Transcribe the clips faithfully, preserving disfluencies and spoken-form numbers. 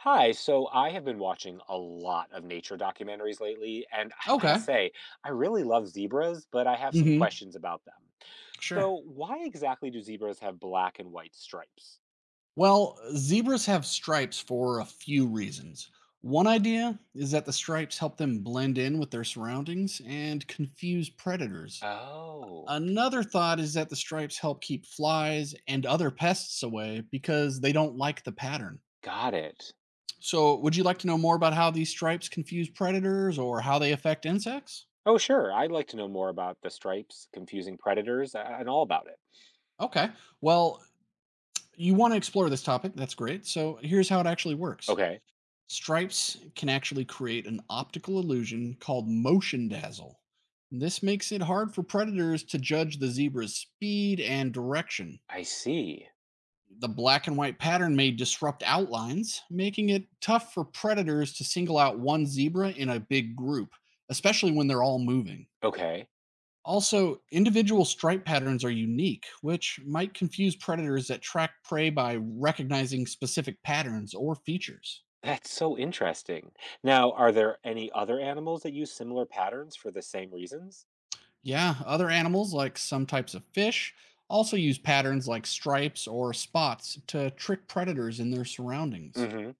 Hi. So I have been watching a lot of nature documentaries lately, and I gotta Okay. say, I really love zebras, but I have some Hmm. questions about them. Sure. So, why exactly do zebras have black and white stripes? Well, zebras have stripes for a few reasons. One idea is that the stripes help them blend in with their surroundings and confuse predators. Oh, Another thought is that the stripes help keep flies and other pests away because they don't like the pattern. got it. So, would you like to know more about how these stripes confuse predators or how they affect insects? Oh, sure. I'd like to know more about the stripes, confusing predators, a- and all about it. Okay. Well, you want to explore this topic. That's great. So, here's how it actually works. Okay. Stripes can actually create an optical illusion called motion dazzle. This makes it hard for predators to judge the zebra's speed and direction. I see. The black and white pattern may disrupt outlines, making it tough for predators to single out one zebra in a big group, especially when they're all moving. Okay. Also, individual stripe patterns are unique, which might confuse predators that track prey by recognizing specific patterns or features. That's so interesting. Now, are there any other animals that use similar patterns for the same reasons? Yeah, other animals, like some types of fish, also use patterns like stripes or spots to trick predators in their surroundings. Mm hmm.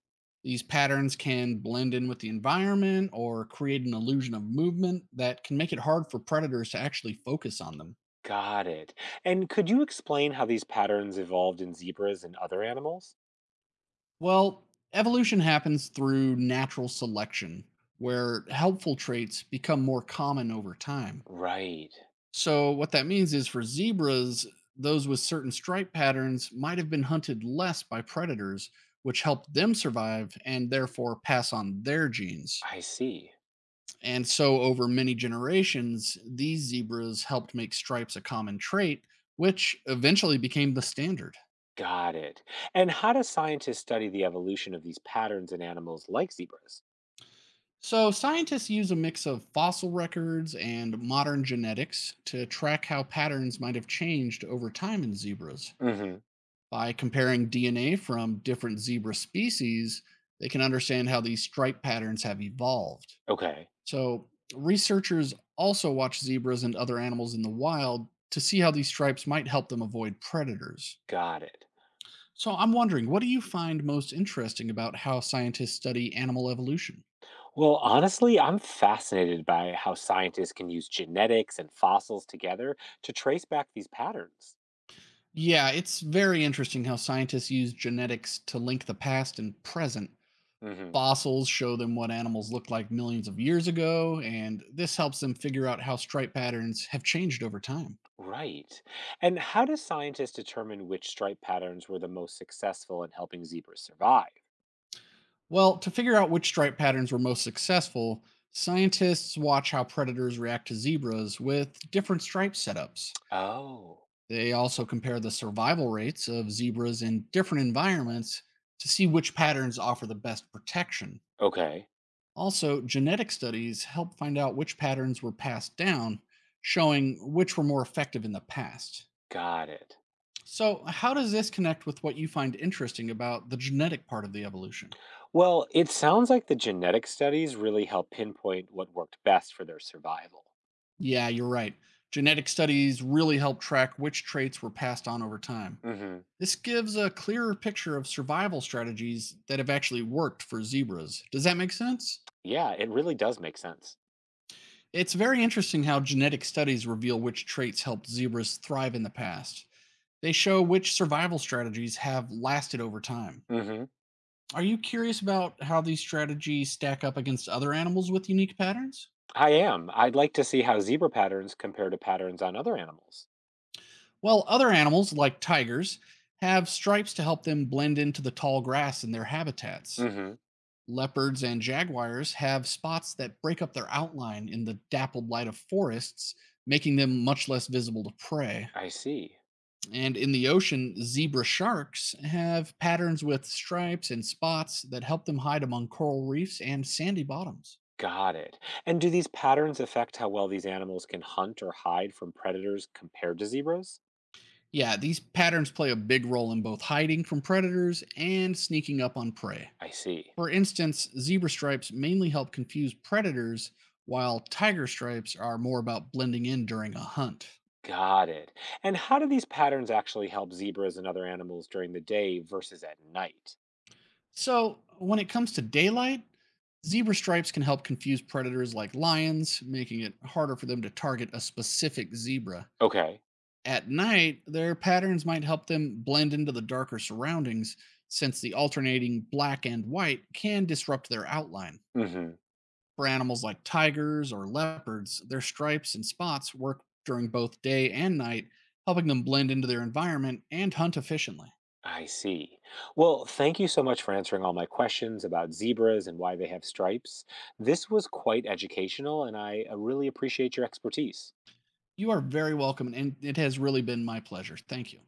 These patterns can blend in with the environment or create an illusion of movement that can make it hard for predators to actually focus on them. Got it. And could you explain how these patterns evolved in zebras and other animals? Well, evolution happens through natural selection, where helpful traits become more common over time. Right. So what that means is, for zebras, those with certain stripe patterns might have been hunted less by predators, which helped them survive and therefore pass on their genes. I see. And so over many generations, these zebras helped make stripes a common trait, which eventually became the standard. Got it. And how do scientists study the evolution of these patterns in animals like zebras? So scientists use a mix of fossil records and modern genetics to track how patterns might have changed over time in zebras. Hmm. By comparing D N A from different zebra species, they can understand how these stripe patterns have evolved. Okay. So, researchers also watch zebras and other animals in the wild to see how these stripes might help them avoid predators. Got it. So, I'm wondering, what do you find most interesting about how scientists study animal evolution? Well, honestly, I'm fascinated by how scientists can use genetics and fossils together to trace back these patterns. Yeah, it's very interesting how scientists use genetics to link the past and present. Hmm. Fossils show them what animals looked like millions of years ago, and this helps them figure out how stripe patterns have changed over time. Right. And how do scientists determine which stripe patterns were the most successful in helping zebras survive? Well, to figure out which stripe patterns were most successful, scientists watch how predators react to zebras with different stripe setups. Oh, They also compare the survival rates of zebras in different environments to see which patterns offer the best protection. okay. Also, genetic studies help find out which patterns were passed down, showing which were more effective in the past. Got it. So, how does this connect with what you find interesting about the genetic part of the evolution? Well, it sounds like the genetic studies really help pinpoint what worked best for their survival. Yeah, you're right. Genetic studies really help track which traits were passed on over time. Hmm. This gives a clearer picture of survival strategies that have actually worked for zebras. Does that make sense? Yeah, it really does make sense. It's very interesting how genetic studies reveal which traits helped zebras thrive in the past. They show which survival strategies have lasted over time. Hmm. Are you curious about how these strategies stack up against other animals with unique patterns? I am. I'd like to see how zebra patterns compare to patterns on other animals. While other animals, like tigers, have stripes to help them blend into the tall grass in their habitats. Hmm. Leopards and jaguars have spots that break up their outline in the dappled light of forests, making them much less visible to prey. I see. And in the ocean, zebra sharks have patterns with stripes and spots that help them hide among coral reefs and sandy bottoms. Got it. And do these patterns affect how well these animals can hunt or hide from predators compared to zebras? Yeah, these patterns play a big role in both hiding from predators and sneaking up on prey. I see. For instance, zebra stripes mainly help confuse predators, while tiger stripes are more about blending in during a hunt. Got it. And how do these patterns actually help zebras and other animals during the day versus at night? So, when it comes to daylight, zebra stripes can help confuse predators like lions, making it harder for them to target a specific zebra. Okay. At night, their patterns might help them blend into the darker surroundings, since the alternating black and white can disrupt their outline. Hmm. For animals like tigers or leopards, their stripes and spots work during both day and night, helping them blend into their environment and hunt efficiently. I see. Well, thank you so much for answering all my questions about zebras and why they have stripes. This was quite educational, and I uh, really appreciate your expertise. You are very welcome, and it has really been my pleasure. Thank you.